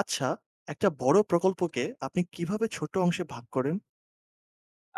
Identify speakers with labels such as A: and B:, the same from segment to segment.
A: আচ্ছা, একটা বড় প্রকল্পকে আপনি কিভাবে ছোট অংশে ভাগ করেন?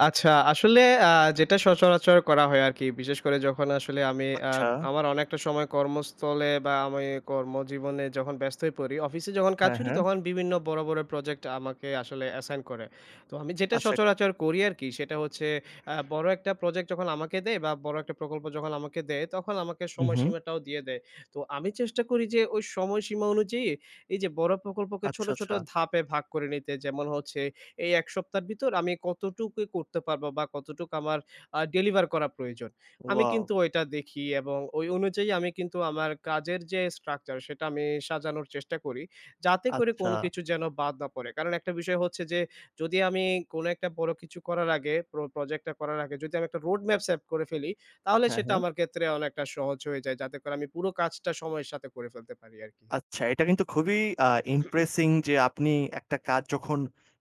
B: আচ্ছা, আসলে আ যেটা সচরাচর করা হয় আরকি। বিশেষ করে যখন আসলে আমি
A: আচ্ছা,
B: আমার অনেকটা সময় কর্মস্থলে বা আমি কর্মজীবনে যখন ব্যস্ত হয়ে পড়ি, অফিসে যখন কাজ
A: হ্যাঁ,
B: করি
A: হ্যাঁ।
B: তখন বিভিন্ন বড়, বড় প্রজেক্ট আমাকে আসলে অ্যাসাইন করে। তো আমি যেটা
A: আচ্ছা,
B: সচরাচর করি আরকি সেটা হচ্ছে বড় একটা প্রজেক্ট যখন আমাকে দেয় বা বড় একটা প্রকল্প যখন আমাকে দেয়, তখন আমাকে
A: হু, হু।
B: সময়সীমাটাও দিয়ে দেয়। তো আমি চেষ্টা করি যে ওই সময়সীমা অনুযায়ী এই যে বড় প্রকল্পকে
A: আচ্ছা,
B: ছোট, ছোট
A: আচ্ছা।
B: ধাপে ভাগ করে নিতে। যেমন হচ্ছে এই ১ সপ্তাহের ভিতর আমি কতটুকু করতে পারবো বা কতটুকু আমার ডেলিভার করা প্রয়োজন। আমি
A: ওয়াও!
B: কিন্তু ওইটা দেখি এবং ওই অনুযায়ী আমি কিন্তু আমার কাজের যে স্ট্রাকচার সেটা আমি সাজানোর চেষ্টা করি। যাতে করে
A: আচ্ছা,
B: কোনো কিছু যেন বাদ না পড়ে। কারণ একটা বিষয় হচ্ছে যে, যদি আমি কোনো একটা বড় কিছু করার আগে প্রজেক্টটা করার আগে যদি আমি একটা রোড ম্যাপ সেট করে ফেলি, তাহলে
A: হ্যাঁ,
B: সেটা
A: হ্যাঁ।
B: আমার ক্ষেত্রে অনেকটা সহজ হয়ে যায়। যাতে করে আমি পুরো কাজটা সময়ের সাথে করে ফেলতে পারি আরকি।
A: আচ্ছা, এটা কিন্তু খুবই আ ইমপ্রেসিং যে আপনি একটা কাজ যখন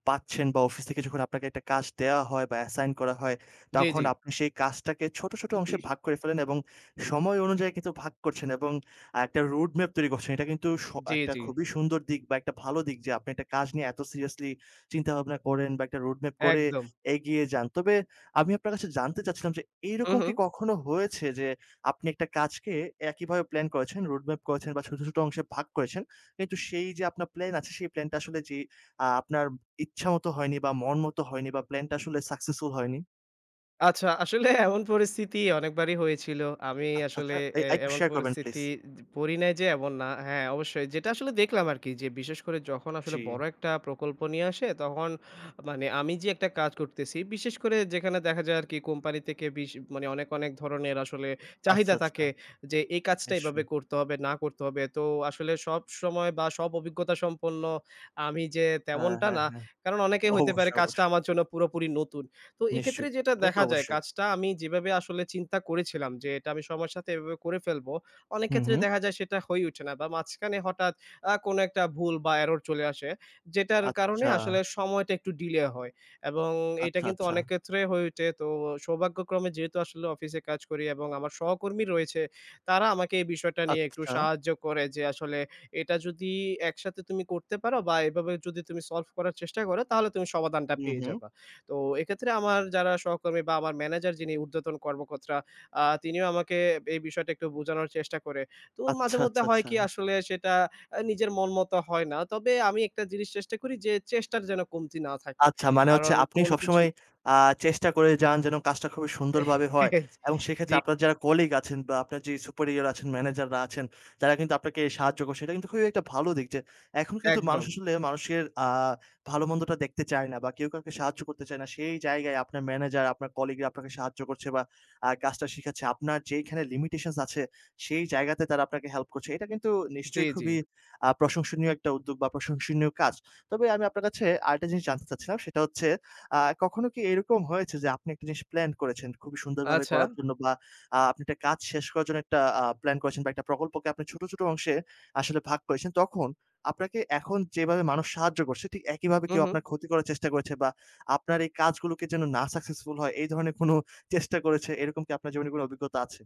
A: পাচ্ছেন বা অফিস থেকে যখন আপনাকে একটা কাজ দেয়া হয় বা অ্যাসাইন করা হয়,
B: জি,
A: তখন
B: জি।
A: আপনি সেই কাজটাকে ছোট, ছোট অংশে ভাগ করে ফেলেন এবং সময় অনুযায়ী কিন্তু ভাগ করছেন এবং একটা রোড ম্যাপ তৈরি করছেন। এটা কিন্তু
B: জি,
A: একটা
B: জি।
A: খুবই সুন্দর দিক বা একটা ভালো দিক যে আপনি একটা কাজ নিয়ে এত সিরিয়াসলি চিন্তাভাবনা করেন বা একটা রোড ম্যাপ করে
B: একদম।
A: এগিয়ে যান। তবে আমি আপনার কাছে জানতে চাচ্ছিলাম যে
B: হু,
A: এইরকম
B: হু।
A: কি কখনো হয়েছে যে আপনি একটা কাজকে একইভাবে প্ল্যান করেছেন, রোড ম্যাপ করেছেন বা ছোট, ছোট অংশে ভাগ করেছেন। কিন্তু সেই যে আপনার প্ল্যান আছে, সেই প্ল্যানটা আসলে যে আপনার ইচ্ছামত হয়নি বা মন মতো হয়নি বা প্ল্যানটা আসলে সাকসেসফুল হয়নি।
B: আচ্ছা, আসলে এমন পরিস্থিতি অনেকবারই হয়েছিল। আমি
A: আচ্ছা, আচ্ছা।
B: আসলে
A: আরেকটু
B: এমন
A: শেয়ার করবেন প্লিজ।
B: পরিস্থিতি পড়ি নাই যে এমন না। হ্যাঁ, অবশ্যই। যেটা আসলে দেখলাম আরকি, যে বিশেষ করে যখন আসলে
A: জি।
B: বড় একটা প্রকল্প নিয়ে আসে, তখন মানে আমি যে একটা কাজ করতেছি, বিশেষ করে যেখানে দেখা যায় আরকি কোম্পানি থেকে মানে অনেক, অনেক ধরনের আসলে
A: আচ্ছা,
B: চাহিদা
A: আচ্ছা।
B: থাকে যে এই কাজটা এভাবে
A: নিশ্চয়ই।
B: করতে হবে, না করতে হবে। তো আসলে সবসময় বা সব অভিজ্ঞতা সম্পন্ন আমি যে
A: হ্যাঁ,
B: তেমনটা
A: হ্যাঁ,
B: না।
A: হ্যাঁ।
B: কারণ অনেকেই হইতে পারে
A: অবশ্যই,
B: কাজটা
A: অবশ্যই।
B: আমার জন্য পুরোপুরি নতুন। তো এক্ষেত্রে
A: নিশ্চয়ই।
B: যেটা
A: এটা তো
B: দেখা যায়,
A: অবশ্যই।
B: কাজটা আমি যেভাবে আসলে চিন্তা করেছিলাম যে এটা আমি সময়ের সাথে এভাবে করে ফেলবো, অনেক
A: হুম,
B: ক্ষেত্রে
A: হুম।
B: দেখা যায় সেটা হয়ে ওঠে না বা মাঝখানে হঠাৎ কোনো একটা ভুল বা error চলে আসে, যেটার কারণে
A: আচ্ছা,
B: আসলে সময়টা একটু delay হয়, এবং এটা
A: আচ্ছা,
B: কিন্তু
A: আচ্ছা,
B: অনেক ক্ষেত্রে হয়ে ওঠে। তো সৌভাগ্যক্রমে যেহেতু আসলে অফিসে কাজ করি এবং আমার সহকর্মী রয়েছে, তারা আমাকে এই বিষয়টা নিয়ে একটু
A: আচ্ছা।
B: সাহায্য করে যে আসলে এটা যদি একসাথে তুমি করতে পারো বা এভাবে যদি তুমি solve করার চেষ্টা করো তাহলে তুমি সমাধানটা
A: হুম,
B: পেয়ে
A: হুম।
B: যাবা। তো এক্ষেত্রে আমার যারা সহকর্মী বা আমার ম্যানেজার যিনি ঊর্ধ্বতন কর্মকর্তা তিনিও আমাকে এই বিষয়টা একটু বোঝানোর চেষ্টা করে। তো
A: আচ্ছা,
B: মাঝেমধ্যে
A: আচ্ছা,
B: হয়
A: আচ্ছা।
B: কি আসলে সেটা নিজের মন মতো হয় না। তবে আমি একটা জিনিস চেষ্টা করি যে চেষ্টার যেন কমতি না থাকে।
A: আচ্ছা, মানে হচ্ছে
B: কারণ
A: আপনি
B: কোন কিছু
A: সবসময় আ চেষ্টা করে যান যেন কাজটা খুবই সুন্দরভাবে হয়। এবং সেক্ষেত্রে
B: জি,
A: আপনার যারা কলিগ আছেন বা আপনার যে সুপিরিয়র আছেন, ম্যানেজাররা আছেন, তারা কিন্তু আপনাকে সাহায্য করছে। এটা কিন্তু খুবই একটা ভালো দিক যে এখন কিন্তু মানুষ
B: একদম।
A: আসলে মানুষের ভালো-মন্দটা দেখতে চায় না বা কেউ কাউকে সাহায্য করতে চায় না। সেই জায়গায় আপনার ম্যানেজার, আপনার কলিগরা আপনাকে সাহায্য করছে বা কাজটা শিখাচ্ছে। আপনার যেইখানে লিমিটেশনস আছে, সেই জায়গাতে তারা আপনাকে হেল্প করছে। এটা কিন্তু
B: জি,
A: নিশ্চয়ই
B: জি।
A: খুবই প্রশংসনীয় একটা উদ্যোগ বা প্রশংসনীয় কাজ। তবে আমি আপনার কাছে আরেকটা জিনিস জানতে চাচ্ছিলাম সেটা হচ্ছে কখনো কি এরকম হয়েছে যে আপনি একটা জিনিস প্ল্যান করেছেন খুবই সুন্দরভাবে
B: আচ্ছা।
A: করার জন্য বা আপনি একটা কাজ শেষ করার জন্য একটা প্ল্যান করেছেন বা একটা প্রকল্পকে আপনি ছোট, ছোট অংশে আসলে ভাগ করেছেন। তখন আপনাকে এখন যেভাবে মানুষ সাহায্য করছে ঠিক একইভাবে
B: হু,
A: কেউ
B: হু।
A: আপনার ক্ষতি করার চেষ্টা করেছে বা আপনার এই কাজগুলোকে যেন না সাকসেসফুল হয় এই ধরনের কোনো চেষ্টা করেছে এরকম কি আপনার জীবনে কোনো অভিজ্ঞতা আছে?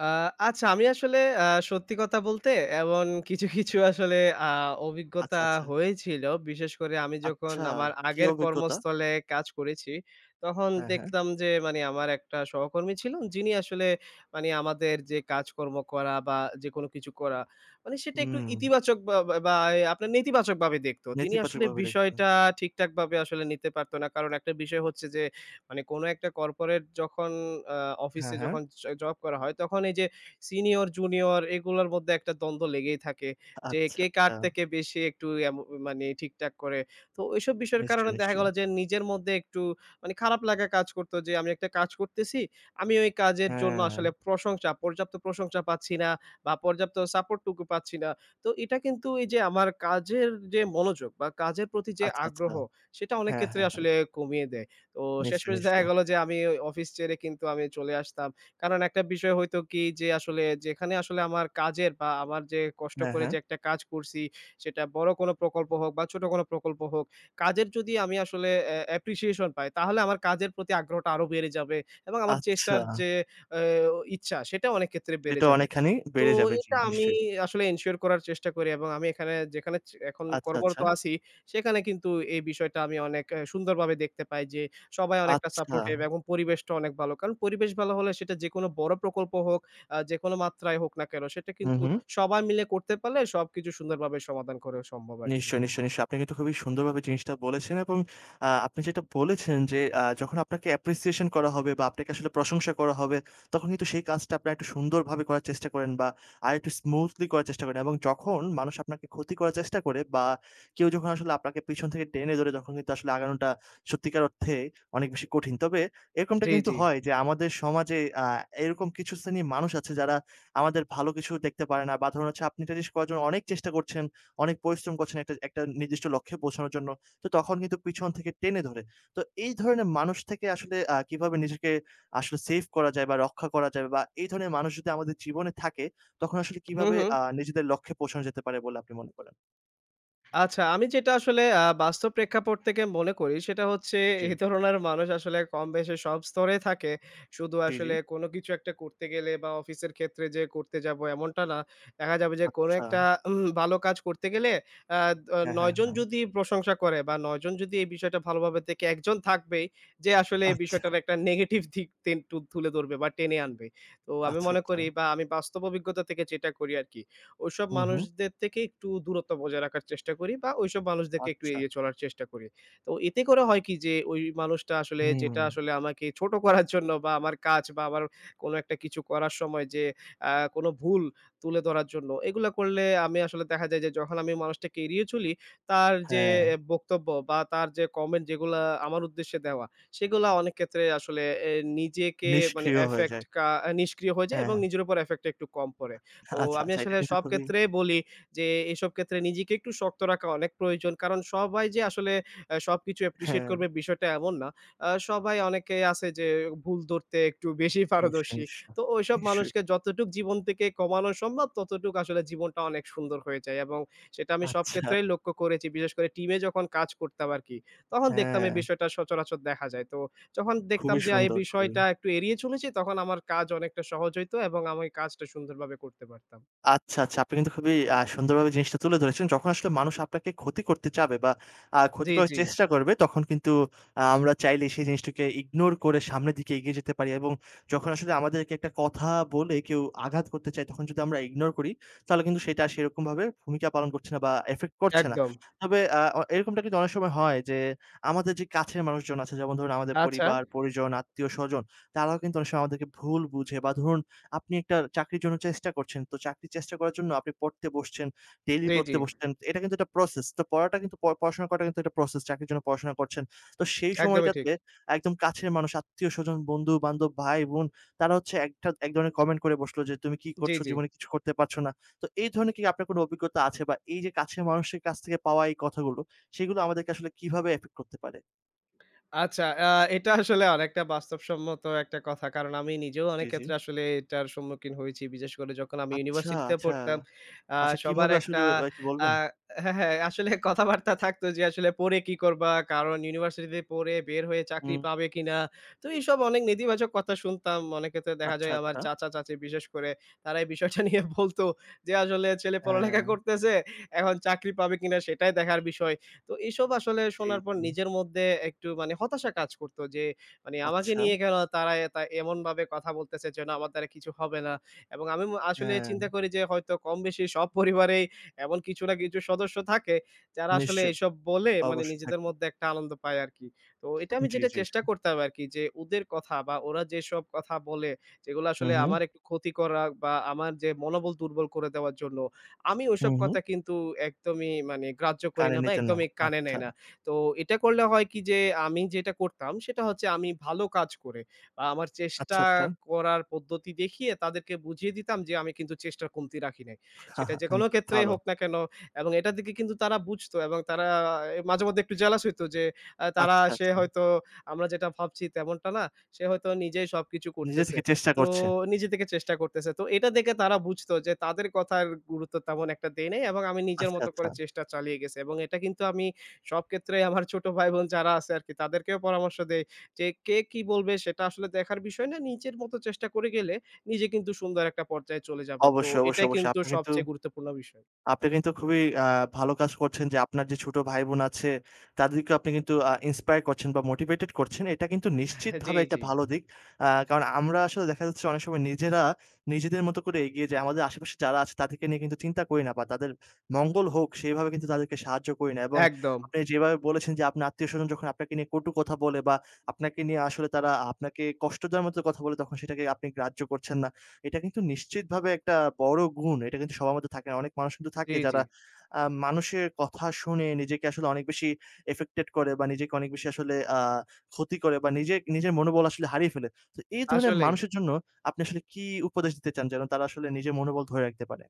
B: আ আচ্ছা, আমি আসলে সত্যি কথা বলতে এমন কিছু, কিছু আসলে আ
A: আচ্ছা,
B: অভিজ্ঞতা
A: আচ্ছা।
B: হয়েছিল। বিশেষ করে আমি যখন
A: আচ্ছা,
B: আমার
A: কি
B: আগের
A: অভিজ্ঞতা?
B: কর্মস্থলে কাজ করেছি, তখন
A: হ্যাঁ, হ্যাঁ।
B: দেখলাম যে মানে আমার একটা সহকর্মী ছিলেন, যিনি আসলে মানে আমাদের যে কাজকর্ম করা বা যেকোনো কিছু করা, মানে সেটা একটু
A: হুম।
B: ইতিবাচক বা বা বা আপনার নেতিবাচকভাবে দেখতো। তিনি আসলে
A: নেতিবাচকভাবে দেখবেন।
B: বিষয়টা ঠিকঠাকভাবে আসলে নিতে পারত না। কারণ একটা বিষয় হচ্ছে যে, মানে কোনো একটা কর্পোরেট যখন আ
A: হ্যাঁ,
B: অফিসে
A: হ্যাঁ।
B: যখন জব করা হয়, তখন এই যে সিনিয়র, জুনিয়র এগুলোর মধ্যে একটা দ্বন্দ্ব লেগেই থাকে। যে
A: আচ্ছা,
B: কে কার
A: আচ্ছা।
B: থেকে বেশি একটু মানে ঠিকঠাক করে। তো ওইসব বিষয়ের
A: নিশ্চয়ই,
B: কারণে দেখা
A: নিশ্চয়ই।
B: গেল যে নিজের মধ্যে একটু মানে খারাপ লাগা কাজ করত যে আমি একটা কাজ করতেছি। আমি ওই কাজের জন্য
A: হ্যাঁ,
B: আসলে প্রশংসা, পর্যাপ্ত প্রশংসা পাচ্ছি না বা পর্যাপ্ত সাপোর্ট টুকু পাচ্ছি না। তো এটা কিন্তু এই যে আমার কাজের যে মনোযোগ বা কাজের প্রতি যে
A: আচ্ছা, আচ্ছা।
B: আগ্রহ, সেটা অনেক
A: হ্যাঁ,
B: ক্ষেত্রে
A: হ্যাঁ, হ্যাঁ।
B: আসলে কমিয়ে দেয়। তো
A: নিশ্চয়ই,
B: শেষমেশ দেখা
A: নিশ্চয়ই।
B: গেল যে আমি ওই অফিস ছেড়ে কিন্তু আমি চলে আসতাম। কারণ একটা বিষয় হইতো কি, যে আসলে যেখানে আসলে আমার কাজের বা আমার যে কষ্ট
A: হ্যাঁ,
B: করে
A: হ্যাঁ।
B: যে একটা কাজ করছি, সেটা বড় কোনো প্রকল্প হোক বা ছোট কোনো প্রকল্প হোক, কাজের যদি আমি আসলে অ্যাপ্রিসিয়েশন পাই তাহলে আমার কাজের প্রতি আগ্রহটা আরো বেড়ে যাবে এবং আমার
A: আচ্ছা,
B: চেষ্টার যে অ্যা ইচ্ছা সেটা অনেক ক্ষেত্রে বেড়ে
A: এটা
B: যাবে।
A: অনেকখানি
B: তো
A: বেড়ে যাবে। জি,
B: এটা হুম। আমি
A: নিশ্চয়ই।
B: আসলে এনশিওর করার চেষ্টা করি, এবং আমি এখানে যেখানে এখন
A: আচ্ছা, আচ্ছা।
B: কর্মরত আছি সেখানে কিন্তু এই বিষয়টা আমি অনেক সুন্দরভাবে দেখতে পাই যে সবাই অনেকটা
A: আচ্ছা।
B: সাপোর্টিভ এবং পরিবেশটা অনেক ভালো। কারণ পরিবেশ ভালো হলে সেটা যেকোনো বড় প্রকল্প হোক, যেকোনো মাত্রায় হোক না কেন সেটা
A: হু,
B: কিন্তু
A: হু।
B: সবাই মিলে করতে পারলে সবকিছু সুন্দরভাবে সমাধান করা সম্ভব আরকি।
A: নিশ্চয়ই, নিশ্চয়ই, নিশ্চয়ই। আপনি কিন্তু খুবই সুন্দরভাবে জিনিসটা বলেছেন এবং আপনি যেটা বলেছেন যে যখন আপনাকে অ্যাপ্রিসিয়েশন করা হবে বা আপনাকে আসলে প্রশংসা করা হবে, তখন কিন্তু সেই কাজটা আপনারা একটু সুন্দরভাবে করার চেষ্টা করেন বা আরেকটু স্মুথলি করার চেষ্টা করেন এবং যখন মানুষ আপনাকে ক্ষতি করার চেষ্টা করে বা কেউ যখন আসলে আপনাকে পিছন থেকে টেনে ধরে তখন কিন্তু আসলে আগানোটা সত্যিকার অর্থে অনেক বেশি কঠিন। তবে এরকমটা
B: জি,
A: কিন্তু
B: জি।
A: হয় যে আমাদের সমাজে এরকম কিছু শ্রেণীর মানুষ আছে যারা আমাদের ভালো কিছু দেখতে পারে না বা ধরুন হচ্ছে আপনি একটা জিনিস করার জন্য অনেক চেষ্টা করছেন। অনেক পরিশ্রম করছেন একটা একটা নির্দিষ্ট লক্ষ্যে পৌঁছানোর জন্য। তো তখন কিন্তু পিছন থেকে টেনে ধরে। তো এই ধরনের মানুষ থেকে আসলে কিভাবে নিজেকে আসলে সেভ করা যায় বা রক্ষা করা যায় বা এই ধরনের মানুষ যদি আমাদের জীবনে থাকে, তখন আসলে
B: হু,
A: কিভাবে
B: হু।
A: নিজেদের লক্ষ্যে পৌঁছানো যেতে পারে বলে আপনি মনে করেন?
B: আচ্ছা, আমি যেটা আসলে বাস্তব প্রেক্ষাপট থেকে মনে করি সেটা হচ্ছে
A: জি,
B: এই ধরনের মানুষ আসলে কমবেশি সব স্তরে থাকে। শুধু
A: জি, জি।
B: আসলে কোনো কিছু একটা করতে গেলে বা অফিসের ক্ষেত্রে যে করতে যাব এমনটা না। দেখা যাবে যে কোনো
A: আচ্ছা।
B: একটা ভালো কাজ করতে গেলে আ আ
A: হ্যাঁ,
B: ৯
A: হ্যাঁ,
B: জন
A: হ্যাঁ।
B: যদি প্রশংসা করে বা ৯ জন যদি এই বিষয়টা ভালোভাবে দেখে, একজন থাকবেই যে আসলে এই
A: আচ্ছা,
B: বিষয়টার একটা নেগেটিভ দিক টেন তু তুলে ধরবে বা টেনে আনবে। তো আমি
A: আচ্ছা,
B: মনে
A: আচ্ছা।
B: করি বা আমি বাস্তব অভিজ্ঞতা থেকে যেটা করি আরকি। ওইসব
A: হুম, হুম।
B: মানুষদের থেকে একটু দূরত্ব বজায় রাখার চেষ্টা করি বা ওইসব মানুষদেরকে একটু
A: আচ্ছা।
B: এড়িয়ে চলার চেষ্টা করি। তো এতে করে হয় কি যে ওই মানুষটা আসলে
A: হুম।
B: যেটা আসলে আমাকে ছোট করার জন্য বা আমার কাজ বা আমার কোনো একটা কিছু করার সময় যে কোনো ভুল তুলে ধরার জন্য এগুলা করলে আমি আসলে দেখা যায় যে, যখন আমি মানুষটাকে এড়িয়ে চলি তার যে
A: হ্যাঁ,
B: বক্তব্য বা তার যে কমেন্ট যেগুলা আমার উদ্দেশ্যে দেওয়া সেগুলা অনেক ক্ষেত্রে আসলে এ নিজেকে মানে
A: নিষ্ক্রিয় হয়ে
B: এফেক্ট
A: যায়।
B: কা নিষ্ক্রিয় হয়ে যায়
A: হ্যাঁ,
B: এবং
A: হ্যাঁ।
B: নিজের উপর এফেক্টটা একটু কম পড়ে। তো
A: আচ্ছা,
B: আমি
A: আচ্ছা। এটা
B: আসলে
A: কিন্তু
B: সব
A: খুবই
B: ক্ষেত্রেই বলি যে, এসব ক্ষেত্রে নিজেকে একটু শক্ত রাখা অনেক প্রয়োজন। কারণ সবাই যে আসলে সবকিছু appreciate
A: হ্যাঁ,
B: করবে বিষয়টা এমন না। সবাই অনেকেই আছে যে ভুল ধরতে একটু বেশি
A: নিশ্চয়ই,
B: পারদর্শী।
A: নিশ্চয়ই।
B: তো ওইসব
A: নিশ্চয়ই।
B: মানুষকে যতটুক জীবন থেকে কমানো সম্ভব ততটুক আসলে জীবনটা অনেক সুন্দর হয়ে যায় এবং সেটা আমি সব
A: আচ্ছা।
B: ক্ষেত্রেই লক্ষ্য করেছি। বিশেষ করে টিমে যখন কাজ করতাম আরকি, তখন দেখতাম
A: হ্যাঁ।
B: এই বিষয়টা সচরাচর দেখা যায়। তো যখন দেখতাম
A: খুবই
B: যে এই
A: সুন্দর, খুবই।
B: বিষয়টা একটু এড়িয়ে চলেছি, তখন আমার কাজ অনেকটা সহজ হইতো এবং আমি কাজটা সুন্দরভাবে করতে পারতাম।
A: আচ্ছা, আচ্ছা। আপনি কিন্তু খুবই সুন্দরভাবে জিনিসটা তুলে ধরেছেন। যখন আসলে মানুষ আপনাকে ক্ষতি করতে চাবে বা ক্ষতি
B: জি,
A: করার
B: জি।
A: চেষ্টা করবে, তখন কিন্তু আমরা চাইলেই সেই জিনিসটাকে ইগনোর করে সামনের দিকে এগিয়ে যেতে পারি এবং যখন আসলে আমাদেরকে একটা কথা বলে কেউ আঘাত করতে চায়, তখন যদি আমরা ইগনোর করি, তাহলে কিন্তু সেটা সেরকমভাবে ভূমিকা পালন করছে না বা এফেক্ট করছে না।
B: একদম।
A: তবে আ অ এরকমটা কিন্তু অনেক সময় হয় যে, আমাদের যে কাছের মানুষজন আছে, যেমন ধরুন আমাদের
B: আচ্ছা।
A: পরিবার, পরিজন, আত্মীয়স্বজন, তারাও কিন্তু অনেক সময় আমাদেরকে ভুল বুঝে বা ধরুন আপনি একটা চাকরির জন্য চেষ্টা করছেন। তো চাকরির চেষ্টা করার জন্য আপনি পড়তে বসছেন, ডেইলি
B: জি, জি।
A: পড়তে বসছেন। এটা কিন্তু একটা প্রসেস। তো পড়াটা কিন্তু পড়াশোনা করাটা কিন্তু একটা প্রসেস। চাকরির জন্য পড়াশোনা করছেন। তো সেই
B: একদমই ঠিক।
A: সময়টাতে একদম কাছের মানুষ, আত্মীয়স্বজন, বন্ধু-বান্ধব, ভাই-বোন তারা হচ্ছে একটা এক ধরনের কমেন্ট করে বসলো যে, "তুমি কি
B: জি,
A: করছো?
B: জি।
A: জীবনে কিছু করতে পারছো না।" তো এই ধরনের কি আপনার কোনো অভিজ্ঞতা আছে বা এই যে কাছের মানুষের কাছ থেকে পাওয়া এই কথাগুলো, সেগুলো আমাদেরকে আসলে কিভাবে এফেক্ট করতে পারে?
B: আচ্ছা, এটা আসলে অনেকটা বাস্তবসম্মত একটা কথা। কারণ আমি নিজেও
A: জি,
B: অনেক
A: জি।
B: ক্ষেত্রে আসলে এটার সম্মুখীন হয়েছি। বিশেষ করে যখন আমি
A: আচ্ছা,
B: ইউনিভার্সিটিতে
A: আচ্ছা।
B: পড়তাম, আ
A: আচ্ছা
B: সবার
A: কিভাবে
B: একটা
A: আসলে একটু
B: আ
A: বলবেন?
B: হ্যাঁ, হ্যাঁ, আসলে কথাবার্তা থাকতো যে আসলে পড়ে কি করবা? কারণ ইউনিভার্সিটিতে পড়ে বের হয়ে চাকরি
A: হুম।
B: পাবে কিনা? তো এইসব অনেক নেতিবাচক কথা শুনতাম। অনেক ক্ষেত্রে দেখা
A: আচ্ছা,
B: যায় আমার
A: আচ্ছা।
B: চাচা-চাচী বিশেষ করে তারা এই বিষয়টা নিয়ে বলত যে আসলে ছেলে পড়ালেখা
A: হ্যাঁ।
B: করতেছে, এখন চাকরি পাবে কিনা সেটাই দেখার বিষয়। তো এসব আসলে
A: জি,
B: শোনার পর
A: জি।
B: নিজের মধ্যে একটু মানে হতাশা কাজ করতো যে মানে আমাকে
A: আচ্ছা।
B: নিয়ে কেন তারা তা এমনভাবে কথা বলতেছে যেন আমার দ্বারা কিছু হবে না, এবং আমি আসলে
A: হ্যাঁ,
B: চিন্তা করি যে হয়তো কম বেশি সব পরিবারেই এমন কিছু না কিছু সদস্য থাকে যারা আসলে
A: নিশ্চয়ই।
B: এসব বলে মানে
A: অবশ্যই
B: নিজেদের
A: থাকবে।
B: মধ্যে একটা আনন্দ পায় আর কি। তো এটা আমি
A: জি,
B: যেটা
A: জি, জি।
B: চেষ্টা করতাম আর কি যে ওদের কথা বা ওরা যেসব কথা বলে যেগুলো
A: হু,
B: আসলে
A: হু,
B: আমার একটু ক্ষতি করা বা আমার যে মনোবল দুর্বল করে দেওয়ার জন্য, আমি
A: হু,
B: ওসব
A: হু।
B: কথা কিন্তু একদমই মানে গ্রাহ্য করি
A: কানে
B: না বা
A: নিতেন না।
B: একদমই কানে
A: আচ্ছা,
B: নেই না। তো এটা করলে হয় কি যে আমি যেটা করতাম সেটা হচ্ছে আমি ভালো কাজ করে বা আমার চেষ্টা
A: আচ্ছা, আচ্ছা।
B: করার পদ্ধতি দেখিয়ে তাদেরকে বুঝিয়ে দিতাম যে আমি কিন্তু চেষ্টার কমতি রাখি নাই। সেটা যেকোনো ক্ষেত্রেই
A: ভালো।
B: হোক না কেন, এবং এটা থেকে কিন্তু তারা বুঝতো এবং তারা মাঝেমধ্যে একটু জেলাস হইতো যে তারা
A: আচ্ছা,
B: সে
A: আচ্ছা।
B: হয়তো আমরা যেটা ভাবছি তেমনটা না। সে হয়তো নিজেই সবকিছু
A: নিজে
B: করতেছে।
A: থেকে চেষ্টা
B: তো
A: করছে।
B: নিজে থেকে চেষ্টা করতেছে। তো এটা দেখে তারা বুঝতো যে তাদের কথার গুরুত্ব তেমন একটা দেই নাই এবং আমি নিজের
A: আচ্ছা,
B: মতো
A: আচ্ছা।
B: করে চেষ্টা চালিয়ে গেছি, এবং এটা কিন্তু আমি সব ক্ষেত্রেই আমার ছোট ভাই-বোন যারা আছে আরকি তাদেরকেও পরামর্শ দেই যে কে কি বলবে সেটা আসলে দেখার বিষয় না। নিজের মতো চেষ্টা করে গেলে নিজে কিন্তু সুন্দর একটা পর্যায়ে চলে যাবা। তো
A: অবশ্যই, অবশ্যই,
B: এটাই
A: অবশ্যই।
B: কিন্তু
A: আপনি কিন্তু
B: সবচেয়ে গুরুত্বপূর্ণ বিষয়।
A: আপনি কিন্তু খুবই ভালো কাজ করছেন যে, আপনার যে ছোট ভাই-বোন আছে, তাদেরকেও আপনি কিন্তু ইন্সপায়ার করছেন বা মোটিভেটেড করছেন। এটা কিন্তু
B: জি,
A: নিশ্চিতভাবে একটা
B: জি।
A: ভালো দিক। কারণ আমরা আসলে দেখা যাচ্ছে অনেক সময় নিজেরা নিজেদের মতো করে এগিয়ে যাই। আমাদের আশেপাশে যারা আছে তাদেরকে নিয়ে কিন্তু চিন্তা করি না বা তাদের মঙ্গল হোক সেইভাবে কিন্তু তাদেরকে সাহায্য করি না। এবং
B: একদম।
A: আপনি যেভাবে বলেছেন যে, আপনার আত্মীয়স্বজন যখন আপনাকে নিয়ে কটু কথা বলে বা আপনাকে নিয়ে আসলে তারা আপনাকে কষ্ট দেওয়ার মতো কথা বলে তখন সেটাকে আপনি গ্রাহ্য করছেন না। এটা কিন্তু নিশ্চিতভাবে একটা বড় গুণ। এটা কিন্তু সবার মধ্যে থাকে না। অনেক মানুষ কিন্তু
B: জি,
A: থাকে
B: জি।
A: যারা মানুষের কথা শুনে নিজেকে আসলে অনেক বেশি affected করে বা নিজেকে অনেক বেশি আসলে ক্ষতি করে বা নিজে নিজের মনোবল আসলে হারিয়ে ফেলে। তো এই ধরনের
B: আসলেই।
A: মানুষের জন্য আপনি আসলে কি উপদেশ দিতে চান যেন তারা আসলে নিজের মনোবল ধরে রাখতে পারে?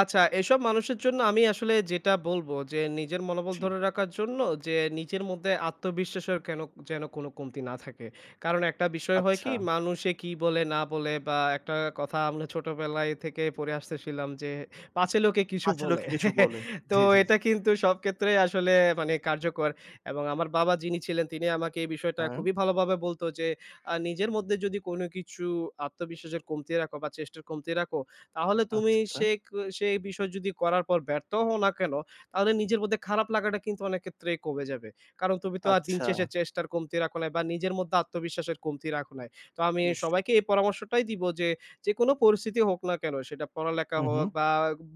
B: আচ্ছা, এসব মানুষের জন্য আমি আসলে যেটা বলব যে, নিজের মনোবল
A: জি।
B: ধরে রাখার জন্য যে, নিজের মধ্যে আত্মবিশ্বাসের কেন যেন কোনো কমতি না থাকে। কারণ একটা বিষয় হয়
A: আচ্ছা।
B: কি, মানুষে কি বলে না বলে বা একটা কথা আমরা ছোটবেলায় থেকে পড়ে আসতেছিলাম যে, "পাছে লোকে কিছু
A: পাছে
B: বলে।"
A: লোকে কিছু বলে।
B: তো
A: জি, জি, জি।
B: এটা কিন্তু সব ক্ষেত্রেই আসলে মানে কার্যকর, এবং আমার বাবা যিনি ছিলেন, তিনি আমাকে এই বিষয়টা
A: হ্যাঁ।
B: খুবই ভালোভাবে বলত যে, "নিজের মধ্যে যদি কোনো কিছু আত্মবিশ্বাসের কমতি রাখো বা চেষ্টার কমতি রাখো, তাহলে তুমি
A: আচ্ছা, আচ্ছা।
B: সে ক সেই বিষয় যদি করার পর ব্যর্থ হও না কেন, তাহলে নিজের মধ্যে খারাপ লাগাটা কিন্তু অনেক ক্ষেত্রেই কমে যাবে। কারণ তুমি তো আর দিন
A: আচ্ছা।
B: শেষে চেষ্টার কমতি রাখো নাই বা নিজের মধ্যে আত্মবিশ্বাসের কমতি রাখো নাই।" তো আমি
A: নিশ্চয়ই।
B: সবাইকে এই পরামর্শটাই দিব যে, যেকোনো পরিস্থিতি হোক না কেন, সেটা পড়ালেখা
A: হুম, হুম।
B: হোক বা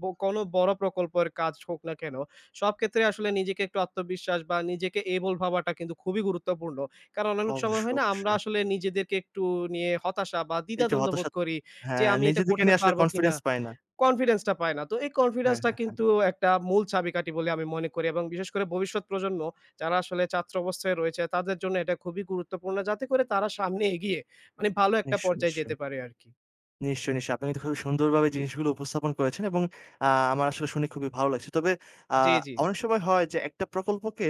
B: কোনো বড় প্রকল্পের কাজ হোক না কেন, সব ক্ষেত্রে আসলে নিজেকে একটু আত্মবিশ্বাস বা নিজেকে এবল ভাবাটা কিন্তু খুবই গুরুত্বপূর্ণ। কারণ অনেক সময়
A: অবশ্যই,
B: হয় না আমরা
A: অবশ্যই।
B: আসলে নিজেদেরকে একটু নিয়ে হতাশা বা
A: এই যে
B: দ্বিধাদ্বন্দ্ব
A: হতাশা
B: বোধ করি। যে
A: হ্যাঁ,
B: আমি এটা
A: নিজেদেরকে
B: করতে
A: নিয়ে আসলে
B: পারবো কিনা?
A: কনফিডেন্স পায় না।
B: কনফিডেন্সটা পায় না। তো এই
A: হ্যাঁ,
B: কনফিডেন্সটা
A: হ্যাঁ, হ্যাঁ।
B: কিন্তু একটা মূল চাবিকাঠি বলে আমি মনে করি, এবং বিশেষ করে ভবিষ্যৎ প্রজন্ম যারা আসলে ছাত্র অবস্থায় রয়েছে তাদের জন্য এটা খুবই গুরুত্বপূর্ণ, যাতে করে তারা সামনে এগিয়ে মানে ভালো একটা
A: নিশ্চয়ই,
B: পর্যায়ে
A: নিশ্চয়ই।
B: যেতে পারে আরকি।
A: নিশ্চয়ই, নিশ্চয়ই। আপনি কিন্তু খুবই সুন্দরভাবে জিনিসগুলো উপস্থাপন করেছেন এবং আ আমার আসলে শুনে খুবই ভালো লাগছে। তবে আ
B: জি, জি।
A: অনেক সময় হয় যে একটা প্রকল্পকে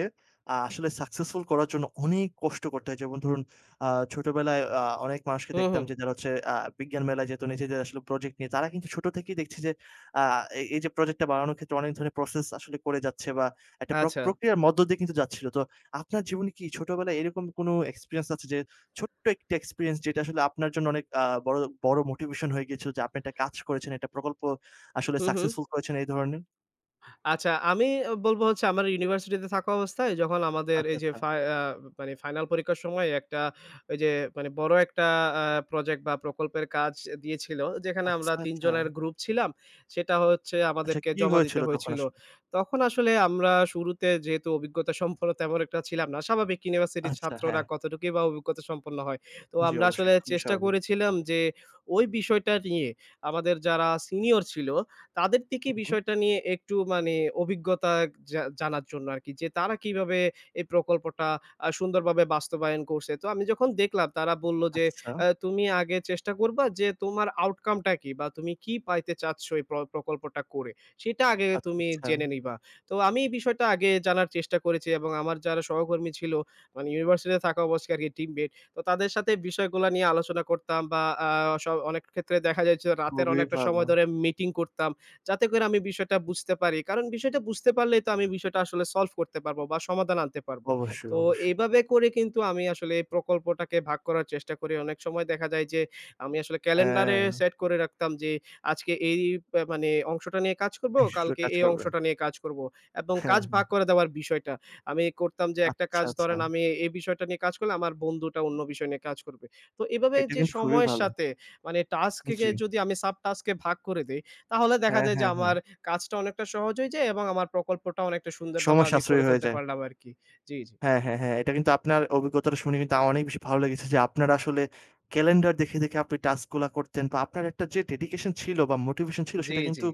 A: আসলে সাকসেসফুল করার জন্য অনেক কষ্ট করতে হয়। যেমন ধরুন আ ছোটবেলায় অনেক মানুষকে
B: হুম,
A: দেখতাম
B: হুম।
A: যে যারা হচ্ছে বিজ্ঞান মেলায় যেত নিজেদের আসলে প্রজেক্ট নিয়ে। তারা কিন্তু ছোট থেকেই দেখছি যে আ এই এই যে প্রজেক্টটা বানানোর ক্ষেত্রে অনেক ধরনের প্রসেস আসলে করে যাচ্ছে বা একটা
B: আচ্ছা।
A: প্রক্রিয়ার মধ্য দিয়ে কিন্তু যাচ্ছিল। তো আপনার জীবনে কি ছোটবেলায় এরকম কোনো এক্সপেরিয়েন্স আছে যে ছোট্ট একটা এক্সপেরিয়েন্স যেটা আসলে আপনার জন্য অনেক বড়, বড় মোটিভেশন হয়ে গিয়েছিল যে আপনি একটা কাজ করেছেন, একটা প্রকল্প আসলে
B: হু, হু।
A: সাকসেসফুল করেছেন এই ধরনের?
B: আচ্ছা, আমি বলব হচ্ছে আমার ইউনিভার্সিটিতে থাকা অবস্থায় যখন আমাদের
A: আচ্ছা,
B: এই যে
A: আচ্ছা।
B: ফাই আ মানে ফাইনাল পরীক্ষার সময় একটা ওই যে মানে বড় একটা আ প্রজেক্ট বা প্রকল্পের কাজ দিয়েছিল। যেখানে
A: আচ্ছা,
B: আমরা ৩
A: আচ্ছা।
B: জনের গ্রুপ ছিলাম। সেটা হচ্ছে
A: আচ্ছা
B: আমাদেরকে
A: কি
B: জমা
A: হয়েছিল
B: দিতে
A: তখন
B: হয়েছিল।
A: আসলে?
B: তখন আসলে আমরা শুরুতে যেহেতু অভিজ্ঞতা সম্পন্ন তেমন একটা ছিলাম না। স্বাভাবিক ইউনিভার্সিটির
A: আচ্ছা হ্যাঁ।
B: ছাত্ররা কতটুকুই বা অভিজ্ঞতা সম্পন্ন হয়। তো
A: জি
B: আমরা
A: অবশ্যই
B: আসলে
A: এটা খুবই
B: চেষ্টা
A: স্বাভাবিক।
B: করেছিলাম যে ওই বিষয়টা নিয়ে আমাদের যারা সিনিয়র ছিল তাদের থেকে
A: হু, হু।
B: বিষয়টা নিয়ে একটু মানে অভিজ্ঞতা জানার জন্য আরকি যে তারা কিভাবে এই প্রকল্পটা সুন্দরভাবে বাস্তবায়ন করছে। তো আমি যখন দেখলাম তারা বলল যে,
A: আচ্ছা,
B: তুমি আগে চেষ্টা করবা যে তোমার আউটকাম টা কি বা তুমি কি পাইতে চাচ্ছ এই প্রকল্পটা করে, সেটা আগে
A: আচ্ছা,
B: তুমি
A: আচ্ছা।
B: জেনে নিবা।" তো আমি এই বিষয়টা আগে জানার চেষ্টা করেছি এবং আমার যারা সহকর্মী ছিল মানে ইউনিভার্সিটিতে থাকা অবস্থায় আরকি টিমমেট। তো তাদের সাথে বিষয়গুলা নিয়ে আলোচনা করতাম বা আ স অনেক ক্ষেত্রে দেখা যায় যে রাতের
A: খুবই
B: অনেকটা
A: ভালো।
B: সময় ধরে মিটিং করতাম। যাতে করে আমি বিষয়টা বুঝতে পারি। কারণ বিষয়টা বুঝতে পারলেই তো আমি বিষয়টা আসলে সলভ করতে পারবো বা সমাধান আনতে পারবো।
A: অবশ্যই,
B: তো
A: অবশ্যই।
B: এইভাবে করে কিন্তু আমি আসলে এই প্রকল্পটাকে ভাগ করার চেষ্টা করি। অনেক সময় দেখা যায় যে আমি আসলে ক্যালেন্ডারে
A: হ্যাঁ,
B: সেট করে রাখতাম যে আজকে এই মানে অংশটা নিয়ে কাজ করবো,
A: এই সুযোগ
B: কালকে
A: কাজ
B: এই
A: করবে।
B: অংশটা নিয়ে কাজ করবো, এবং
A: হ্যাঁ,
B: কাজ
A: হ্যাঁ।
B: ভাগ করে দেওয়ার বিষয়টা। আমি করতাম যে একটা
A: আচ্ছা,
B: কাজ
A: আচ্ছা।
B: ধরেন, আমি এই বিষয়টা নিয়ে কাজ করলে আমার বন্ধুটা অন্য বিষয় নিয়ে কাজ করবে। তো এভাবে
A: এটা
B: যে
A: কিন্তু খুবই
B: সময়ের
A: ভালো।
B: সাথে মানে টাস্ককে
A: জি।
B: যদি আমি সাব টাস্কে ভাগ করে দেই, তাহলে দেখা
A: হ্যাঁ,
B: যায় যে
A: হ্যাঁ, হ্যাঁ।
B: আমার কাজটা অনেকটা সহজ হয়ে যায় এবং আমার প্রকল্পটা অনেকটা সুন্দরভাবে
A: সময়
B: আমি
A: সাশ্রয়ী
B: করে
A: হয়ে
B: ফেলতে
A: যায়।
B: পারলাম আরকি। জি, জি।
A: হ্যাঁ, হ্যাঁ, হ্যাঁ। এটা কিন্তু আপনার অভিজ্ঞতাটা শুনে কিন্তু আমার অনেক বেশি ভালো লেগেছে যে আপনারা আসলে ক্যালেন্ডার দেখে, দেখে আপনি টাস্ক গুলা করতেন বা আপনার একটা যে ডেডিকেশন ছিল বা মোটিভেশন ছিল
B: জি,
A: সেটা
B: জি।
A: কিন্তু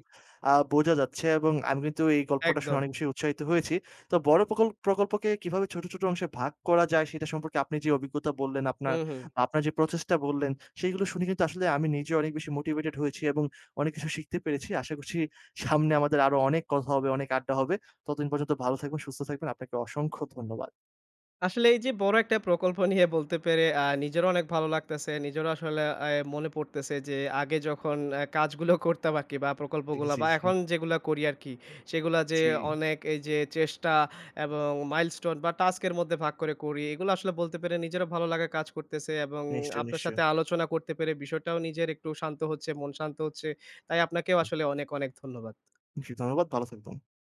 A: বোঝা যাচ্ছে এবং আমি কিন্তু এই গল্পটা শুনে
B: একদম।
A: অনেক বেশি উৎসাহিত হয়েছি। তো বড় প্রকল্পকে কিভাবে ছোট, ছোট অংশে ভাগ করা যায় সেটা সম্পর্কে আপনি যে অভিজ্ঞতা বললেন আপনার,
B: হুম, হুম।
A: আপনার যে প্রচেষ্টা বললেন সেইগুলো শুনে কিন্তু আসলে আমি নিজে অনেক বেশি মোটিভেটেড হয়েছি এবং অনেক কিছু শিখতে পেরেছি। আশা করছি সামনে আমাদের আরো অনেক কথা হবে, অনেক আড্ডা হবে। ততদিন পর্যন্ত ভালো থাকবেন, সুস্থ থাকবেন। আপনাকে অসংখ্য ধন্যবাদ।
B: আসলে এই যে বড় একটা প্রকল্প নিয়ে বলতে পেরে নিজেরও অনেক ভালো লাগতেছে। নিজেরও আসলে মনে পড়তেছে যে আগে যখন কাজগুলো করতাম আরকি বা
A: জি,
B: প্রকল্পগুলা
A: জি,
B: বা
A: জি।
B: এখন যেগুলা করি আরকি, সেগুলা যে
A: জি,
B: অনেক এই যে চেষ্টা এবং মাইলস্টোন বা টাস্ক এর মধ্যে ভাগ করে করি। এগুলো আসলে বলতে পেরে নিজেরও ভালো লাগা কাজ করতেছে, এবং
A: নিশ্চয়ই,
B: আপনার
A: নিশ্চয়ই।
B: সাথে আলোচনা করতে পেরে বিষয়টাও নিজের একটু শান্ত হচ্ছে, মন শান্ত হচ্ছে। তাই আপনাকেও আসলে অনেক, অনেক ধন্যবাদ।
A: জি, ধন্যবাদ। ভালো থাকবেন।